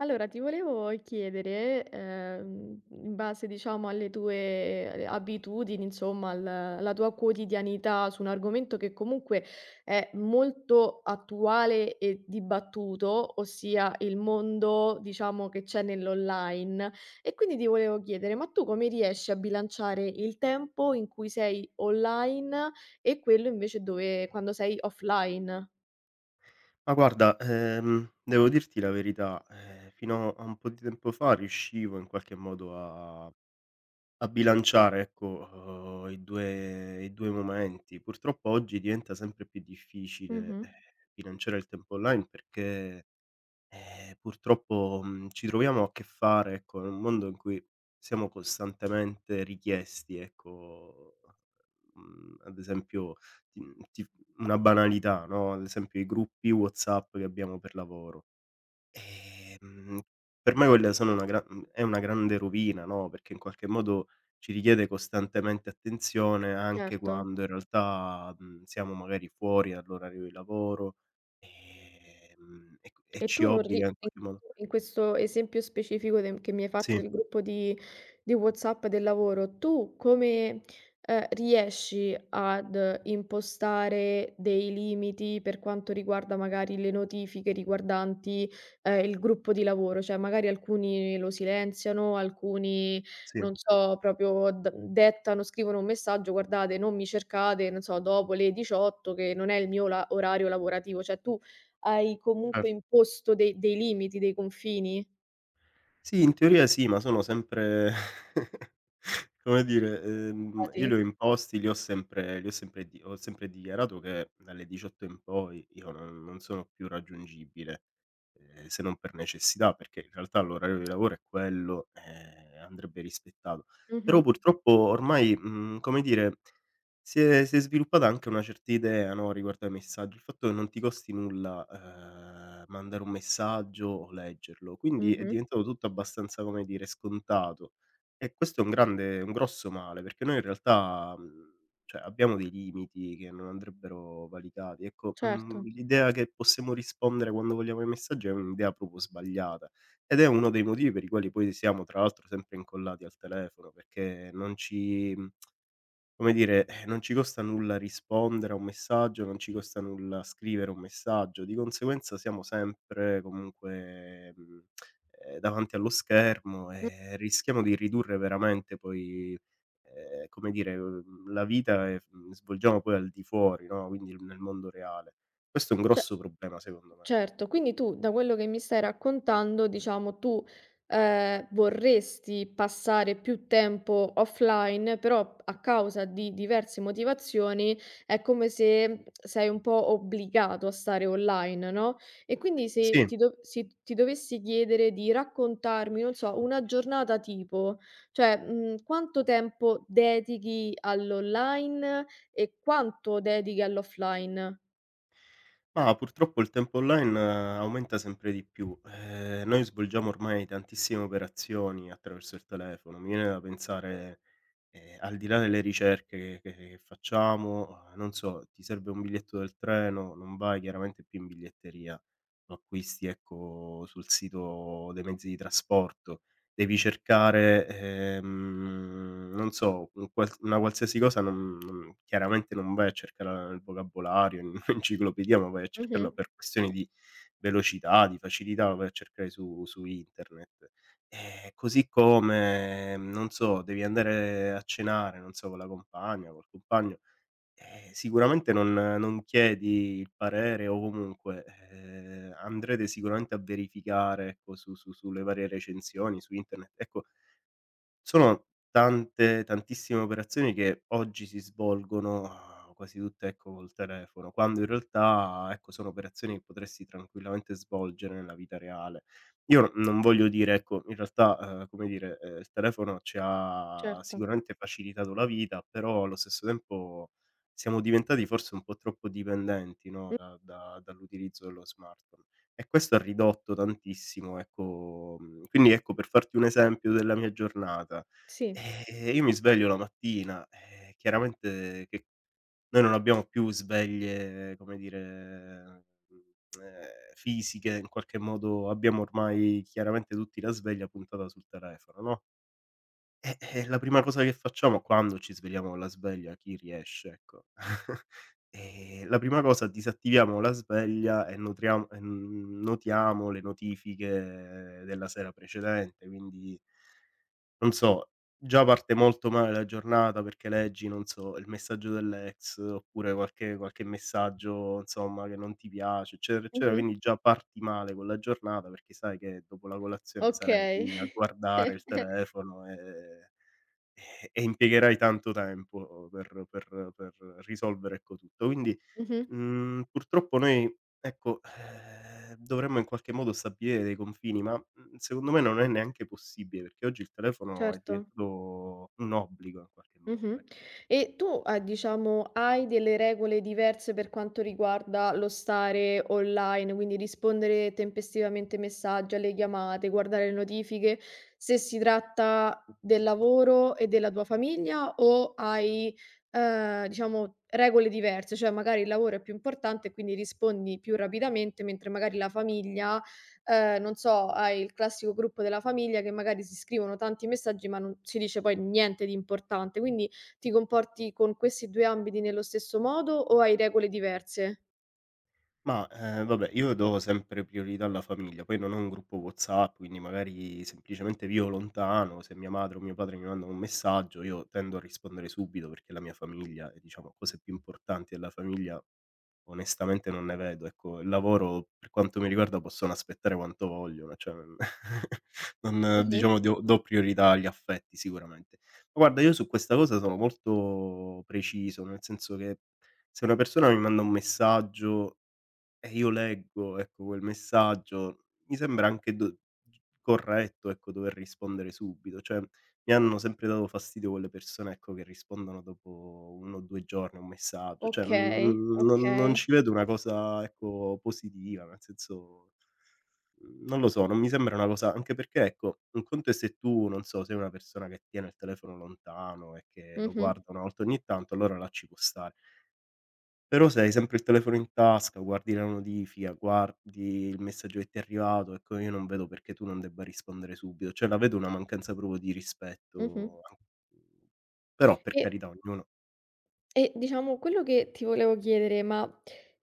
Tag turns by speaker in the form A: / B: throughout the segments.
A: Allora, ti volevo chiedere, in base, diciamo, alle tue abitudini, insomma, alla tua quotidianità su un argomento che comunque è molto attuale e dibattuto, ossia il mondo, diciamo, che c'è nell'online. E quindi ti volevo chiedere, ma tu come riesci a bilanciare il tempo in cui sei online e quello invece dove, quando sei offline?
B: Ma guarda, devo dirti la verità, fino a un po' di tempo fa riuscivo in qualche modo a bilanciare, ecco, i 2 momenti. Purtroppo oggi diventa sempre più difficile,
A: Mhm.
B: bilanciare il tempo online perché, purtroppo, ci troviamo a che fare, ecco, in un mondo in cui siamo costantemente richiesti, ecco. Ad esempio ti una banalità, no, ad esempio i gruppi WhatsApp che abbiamo per lavoro. Ehm, per me quelle sono è una grande rovina, no, perché in qualche modo ci richiede costantemente attenzione anche
A: Certo.
B: quando in realtà, siamo magari fuori dall'orario di lavoro, e
A: E
B: ci
A: tu non ri
B: obbliga in
A: in
B: qualche modo.
A: In questo esempio specifico de che mi hai fatto
B: Sì,
A: del gruppo di WhatsApp del lavoro, tu come, riesci ad impostare dei limiti per quanto riguarda magari le notifiche riguardanti, il gruppo di lavoro? Cioè magari alcuni lo silenziano, alcuni
B: sì,
A: non so, proprio d dettano, scrivono un messaggio: "Guardate, non mi cercate, non so, dopo le 18 che non è il mio la orario lavorativo." Cioè tu hai comunque
B: certo.
A: imposto dei limiti, dei confini?
B: Sì, in teoria sì, ma sono sempre Come dire, io li
A: Stati?
B: ho imposti, li ho sempre di ho sempre dichiarato che dalle 18 in poi io non sono più raggiungibile, se non per necessità, perché in realtà l'orario di lavoro è quello e andrebbe rispettato. Però
A: Mh-mh,
B: purtroppo ormai, come dire, si è sviluppata anche una certa idea, no, riguardo ai messaggi, il fatto che non ti costi nulla, mandare un messaggio o leggerlo, quindi è
A: mh-mh,
B: diventato tutto abbastanza, come dire, scontato. E questo è un grosso male, perché noi in realtà, cioè abbiamo dei limiti che non andrebbero valicati. Ecco,
A: certo.
B: l'idea che possiamo rispondere quando vogliamo ai messaggi è un'idea proprio sbagliata, ed è uno dei motivi per i quali poi siamo tra l'altro sempre incollati al telefono, perché non ci mhmm, come dire, non ci costa nulla rispondere a un messaggio, non ci costa nulla scrivere un messaggio, di conseguenza siamo sempre comunque, davanti allo schermo
A: Mh,
B: e rischiamo di ridurre veramente poi, come dire, la vita svolgiamo poi al di fuori, no, quindi nel mondo reale. Questo è un
A: ce
B: grosso problema secondo me.
A: Certo, quindi tu da quello che mi stai raccontando, diciamo, tu, vorresti passare più tempo offline, però a causa di diverse motivazioni è come se sei un po' obbligato a stare online, no, e quindi
B: Sì.
A: se ti dovessi chiedere di raccontarmi, non so, una giornata tipo, cioè, quanto tempo dedichi all'online e quanto dedichi all'offline?
B: Mah, purtroppo il tempo online aumenta sempre di più. Noi svolgiamo ormai tantissime operazioni attraverso il telefono. Mi viene da pensare. Al di là delle ricerche che facciamo, non so, ti serve un biglietto del treno, non vai chiaramente più in biglietteria, lo acquisti, ecco, sul sito dei mezzi di trasporto. Devi cercare, non so, un quals una qualsiasi cosa non chiaramente non vai a cercarla nel vocabolario, in un'enciclopedia, ma vai a
A: Mh-mh,
B: cercarla per questioni di velocità, di facilità, la vai a cercare su internet. Così come, non so, devi andare a cenare, non so, con la compagna, col compagno, sicuramente non chiedi il parere o comunque, andrete sicuramente a verificare, ecco, su su sulle varie recensioni su internet. Ecco, sono tante tantissime operazioni che oggi si svolgono quasi tutte, ecco, col telefono, quando in realtà, ecco, sono operazioni che potresti tranquillamente svolgere nella vita reale. Io non voglio dire, ecco, in realtà, come dire, il telefono ci ha
A: certo.
B: sicuramente facilitato la vita, però allo stesso tempo siamo diventati forse un po' troppo dipendenti, no, da dall'utilizzo dello smartphone. E questo ha ridotto tantissimo, ecco, quindi ecco, per farti un esempio della mia giornata,
A: Sì.
B: io mi sveglio la mattina, chiaramente che noi non abbiamo più sveglie, come dire, fisiche, in qualche modo abbiamo ormai chiaramente tutti la sveglia puntata sul telefono, no? La prima cosa che facciamo quando ci svegliamo con la sveglia, chi riesce ecco, La prima cosa disattiviamo la sveglia e nutriam e n notiamo le notifiche della sera precedente, quindi non so, già parte molto male la giornata perché leggi, non so, il messaggio dell'ex oppure qualche messaggio insomma che non ti piace, eccetera, eccetera,
A: Mh-mh.
B: quindi già parti male con la giornata perché sai che dopo la colazione sarai lì a
A: Okay.
B: guardare il telefono e impiegherai tanto tempo per risolvere, ecco, tutto. Quindi,
A: Mh-mh.
B: purtroppo noi, ecco, dovremmo in qualche modo stabilire dei confini, ma, secondo me non è neanche possibile, perché oggi il telefono è
A: Certo.
B: diventato un obbligo in qualche modo,
A: Mh-mh.
B: ecco.
A: E tu, diciamo, hai delle regole diverse per quanto riguarda lo stare online, quindi rispondere tempestivamente ai messaggi, alle chiamate, guardare le notifiche, se si tratta del lavoro e della tua famiglia o hai, diciamo regole diverse, cioè magari il lavoro è più importante e quindi rispondi più rapidamente, mentre magari la famiglia… non so, hai il classico gruppo della famiglia che magari si scrivono tanti messaggi, ma non si dice poi niente di importante. Quindi ti comporti con questi 2 ambiti nello stesso modo o hai regole diverse?
B: Ma, vabbè, io do sempre priorità alla famiglia, poi non ho un gruppo WhatsApp, quindi magari semplicemente vivo lontano, se mia madre o mio padre mi mandano un messaggio, io tendo a rispondere subito perché la mia famiglia e, diciamo, cose più importanti della famiglia. Onestamente non ne vedo, ecco. Il lavoro, per quanto mi riguarda, possono aspettare quanto vogliono, cioè non
A: Mh-mh.
B: diciamo do priorità agli affetti sicuramente. Ma guarda, io su questa cosa sono molto preciso, nel senso che se una persona mi manda un messaggio e io leggo, ecco, quel messaggio, mi sembra anche do corretto, ecco, dover rispondere subito. Cioè, mi hanno sempre dato fastidio quelle persone, ecco, che rispondono dopo 1 o 2 giorni a un messaggio. Cioè, non
A: Okay,
B: non non
A: okay.
B: ci vedo una cosa, ecco, positiva, nel senso, non lo so, non mi sembra una cosa anche perché, ecco, un conto è se tu, non so, sei una persona che tiene il telefono lontano e che lo
A: Mh-mh,
B: guarda 1 volta ogni tanto, allora là ci può stare. Però se hai sempre il telefono in tasca, guardi la notifica, guardi il messaggio che ti è arrivato, ecco io non vedo perché tu non debba rispondere subito, cioè la vedo una mancanza proprio di
A: mh-mh.
B: rispetto an però per
A: E
B: carità ognuno.
A: E diciamo quello che ti volevo chiedere, ma,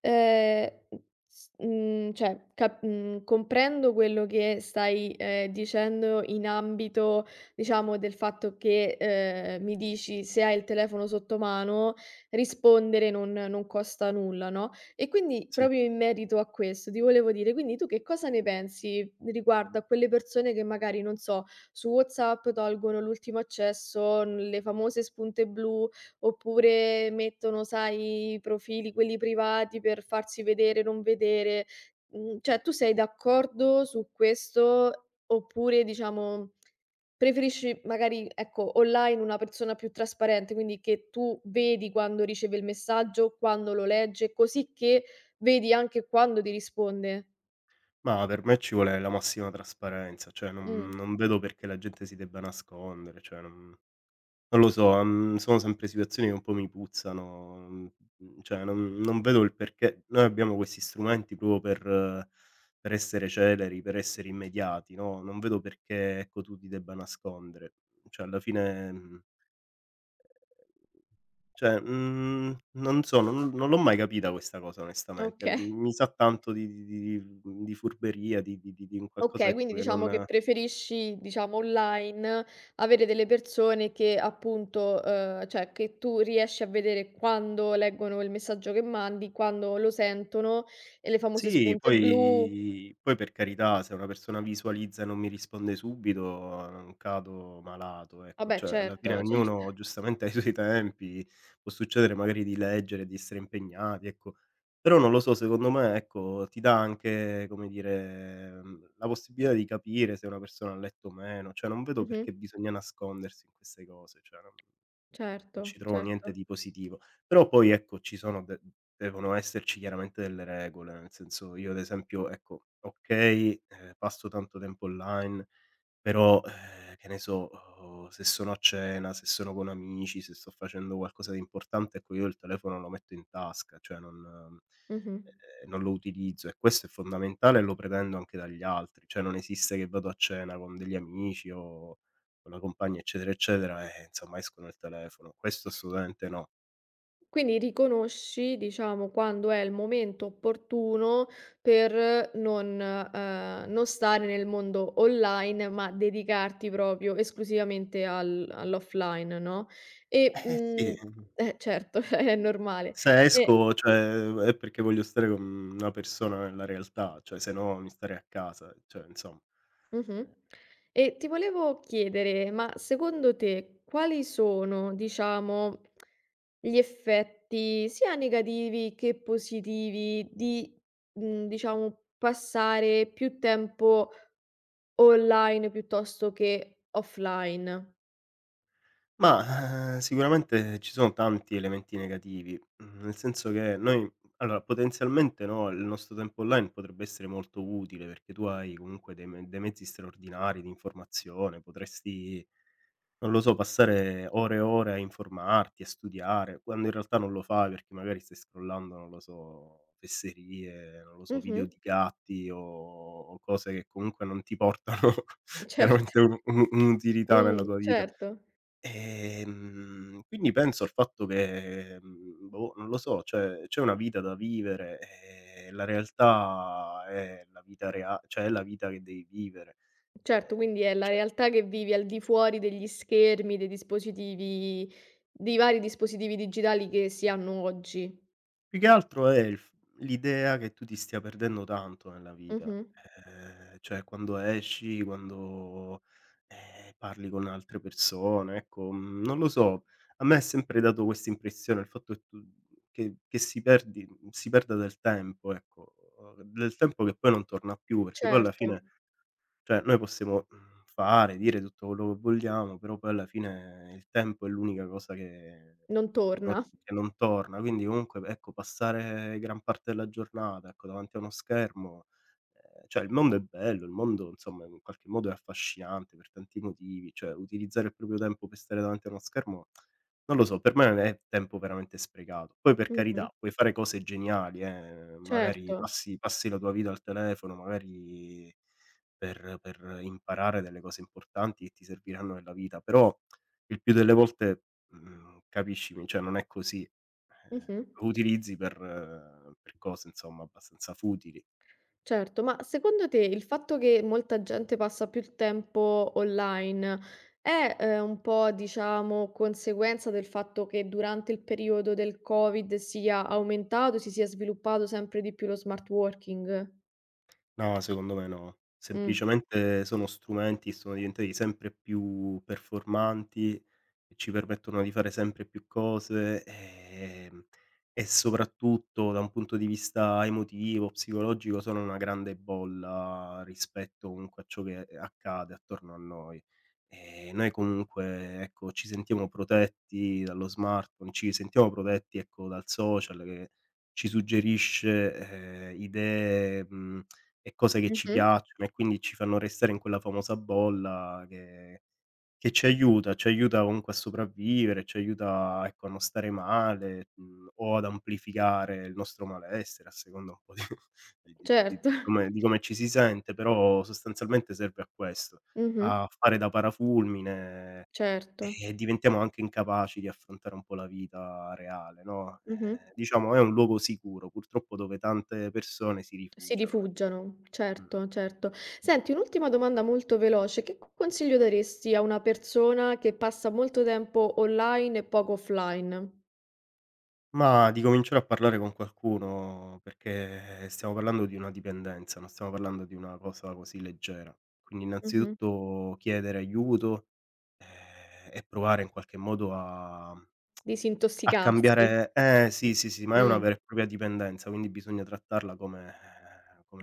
A: mhmm, s mhmm, cioè cap mhmm, comprendo quello che stai, dicendo in ambito, diciamo, del fatto che, mi dici: "Se hai il telefono sotto mano, rispondere non costa nulla", no, e quindi
B: Sì,
A: proprio in merito a questo ti volevo dire, quindi tu che cosa ne pensi riguardo a quelle persone che magari, non so, su WhatsApp tolgono l'ultimo accesso, n le famose spunte blu, oppure mettono, sai, i profili quelli privati per farsi vedere, non vedere. Cioè tu sei d'accordo su questo oppure diciamo preferisci magari, ecco, online una persona più trasparente, quindi che tu vedi quando riceve il messaggio, quando lo legge, così che vedi anche quando ti risponde?
B: ma per me ci vuole la massima trasparenza, cioè non
A: Mh,
B: non vedo perché la gente si debba nascondere, cioè non. Non lo so, sono sempre situazioni che un po' mi puzzano, cioè non vedo il perché noi abbiamo questi strumenti proprio per essere celeri, per essere immediati, no, non vedo perché, ecco, tu ti debba nascondere. Cioè alla fine, cioè, non so, non l'ho mai capita questa cosa onestamente.
A: oka
B: Mi sa tanto di furberia, di un qualcosa,
A: Okay,
B: ecco,
A: quindi
B: che
A: diciamo che
B: non.
A: preferisci, diciamo, online avere delle persone che appunto cioè che tu riesci a vedere quando leggono il messaggio che mandi, quando lo sentono e le famose
B: Sì,
A: spunte blu.
B: poi per carità, se una persona visualizza e non mi risponde subito, non cado malato, ecco.
A: Vabbè
B: Cioè, alla fine
A: certo, certo.
B: ognuno giustamente ha i suoi tempi, può succedere magari di leggere, di essere impegnati, ecco. Però non lo so, secondo me, ecco, ti dà anche, come dire, la possibilità di capire se una persona ha letto o meno, cioè non vedo
A: Mh-mh.
B: perché bisogna nascondersi in queste cose, cioè non ci
A: Certo,
B: trovo niente
A: certo.
B: di positivo. Però poi ecco ci sono de devono esserci chiaramente delle regole, nel senso io ad esempio ecco, okay, passo tanto tempo online, però, che ne so, se sono a cena, se sono con amici, se sto facendo qualcosa di importante, ecco io il telefono lo metto in tasca, cioè non ehm,
A: Mh-mh.
B: non lo utilizzo e questo è fondamentale e lo pretendo anche dagli altri, cioè non esiste che vado a cena con degli amici o con la compagna, eccetera, eccetera, e insomma esco nel telefono. Questo assolutamente no.
A: Quindi riconosci, diciamo, quando è il momento opportuno per non non stare nel mondo online, ma dedicarti proprio esclusivamente al all'offline, no, e,
B: Eh sì.
A: mhmm…
B: Mh-mh.
A: Eh certo, è normale.
B: Se
A: E
B: esco, cioè è perché voglio stare con una persona nella realtà, cioè se no mi starei a casa, cioè insomma.
A: mh-mh. E ti volevo chiedere, ma secondo te quali sono, diciamo, gli effetti sia negativi che positivi di, diciamo, passare più tempo online piuttosto che offline.
B: Ma, sicuramente ci sono tanti elementi negativi, nel senso che noi allora potenzialmente, no, il nostro tempo online potrebbe essere molto utile perché tu hai comunque dei mezzi straordinari di informazione, potresti. Non lo so, passare ore e ore a informarti, a studiare, quando in realtà non lo fai perché magari stai scrollando, non lo so, fesserie, non lo so,
A: Mh-mh.
B: video di gatti o cose che comunque non ti portano
A: Certo.
B: chiaramente un'utilità
A: Un
B: nella tua vita.
A: certo,
B: Quindi penso al fatto che, boh, non lo so, cioè c'è una vita da vivere e la realtà è la vita rea cioè è la vita che devi vivere.
A: certo, quindi è
B: Ehm,
A: la
B: cioè,
A: realtà che vivi al di fuori degli schermi, dei dispositivi, dei vari dispositivi digitali che si hanno oggi.
B: più che altro è il f l'idea che tu ti stia perdendo tanto nella vita,
A: Mh-mh.
B: cioè quando esci, quando, parli con altre persone, ecco, non lo so, a me è sempre dato questa impressione, il fatto che tu che si perdi si perda del tempo, ecco, del tempo che poi non torna più, perché poi alla
A: Certo.
B: fine cioè noi possiamo, fare, dire tutto quello che vogliamo, però poi alla fine il tempo è l'unica cosa
A: Non
B: non
A: torna.
B: che non torna, quindi comunque, ecco, passare gran parte della giornata, ecco, davanti a uno schermo. Cioè, il mondo è bello, il mondo insomma in qualche modo è affascinante per tanti motivi, cioè utilizzare il proprio tempo per stare davanti a uno schermo, non lo so, per me è tempo veramente sprecato. Poi per
A: Mh-mh.
B: carità, puoi fare cose geniali, magari
A: Certo.
B: passi la tua vita al telefono, magari per imparare delle cose importanti che ti serviranno nella vita, però il più delle volte. Capiscimi, cioè non è così.
A: Mh-mh.
B: Lo utilizzi per cose, insomma, abbastanza futili.
A: Certo, ma secondo te il fatto che molta gente passa più tempo online è, un po', diciamo, conseguenza del fatto che durante il periodo del Covid sia aumentato, si sia sviluppato sempre di più lo smart working?
B: No, secondo me no.
A: Mh.
B: Semplicemente sono strumenti che sono diventati sempre più performanti e ci permettono di fare sempre più cose, e soprattutto da un punto di vista emotivo, psicologico sono una grande bolla rispetto comunque a ciò che accade attorno a noi. E noi comunque, ecco, ci sentiamo protetti dallo smartphone, ci sentiamo protetti, ecco, dal social che ci suggerisce, idee, e cose che ci
A: Mh-mh.
B: piacciono e quindi ci fanno restare in quella famosa bolla che ci aiuta comunque a sopravvivere, ci aiuta, ecco, a non stare male, o ad amplificare il nostro malessere a seconda un po' di di di di di
A: Certo.
B: come di come ci si sente, però sostanzialmente serve a questo,
A: Mh-mh.
B: a fare da parafulmine
A: Certo.
B: e diventiamo anche incapaci di affrontare un po' la vita reale, no,
A: Mh-mh.
B: diciamo è un luogo sicuro, purtroppo dove tante persone si
A: Si
B: rifugiano, ecco.
A: rifugiano.
B: Mh.
A: Certo, certo. Senti, un'ultima domanda molto veloce: che co consiglio daresti a una persona che passa molto tempo online e poco offline?
B: Ma di cominciare a parlare con qualcuno, perché stiamo parlando di una dipendenza, non stiamo parlando di una cosa così leggera. Quindi
A: Mh-mh.
B: innanzitutto chiedere aiuto, e provare in qualche modo a
A: Disintossicarsi.
B: cambiare. Eh sì, sì, sì, ma è una
A: Mh.
B: vera e propria dipendenza, quindi bisogna trattarla come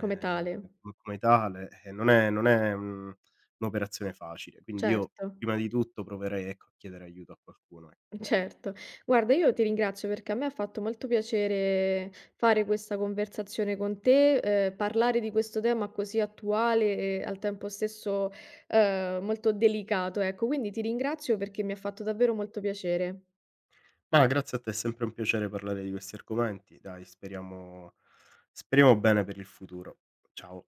A: Come tale.
B: co come tale e non è un'operazione facile. Quindi io
A: Certo,
B: prima di tutto proverei, ecco, a chiedere aiuto a qualcuno.
A: certo. Guarda, io ti ringrazio perché a me ha fatto molto piacere fare questa conversazione con te, parlare di questo tema così attuale e al tempo stesso, molto delicato, ecco. Quindi ti ringrazio perché mi ha fatto davvero molto piacere.
B: Ma grazie a te, è sempre un piacere parlare di questi argomenti. Dai, speriamo bene per il futuro. Ciao.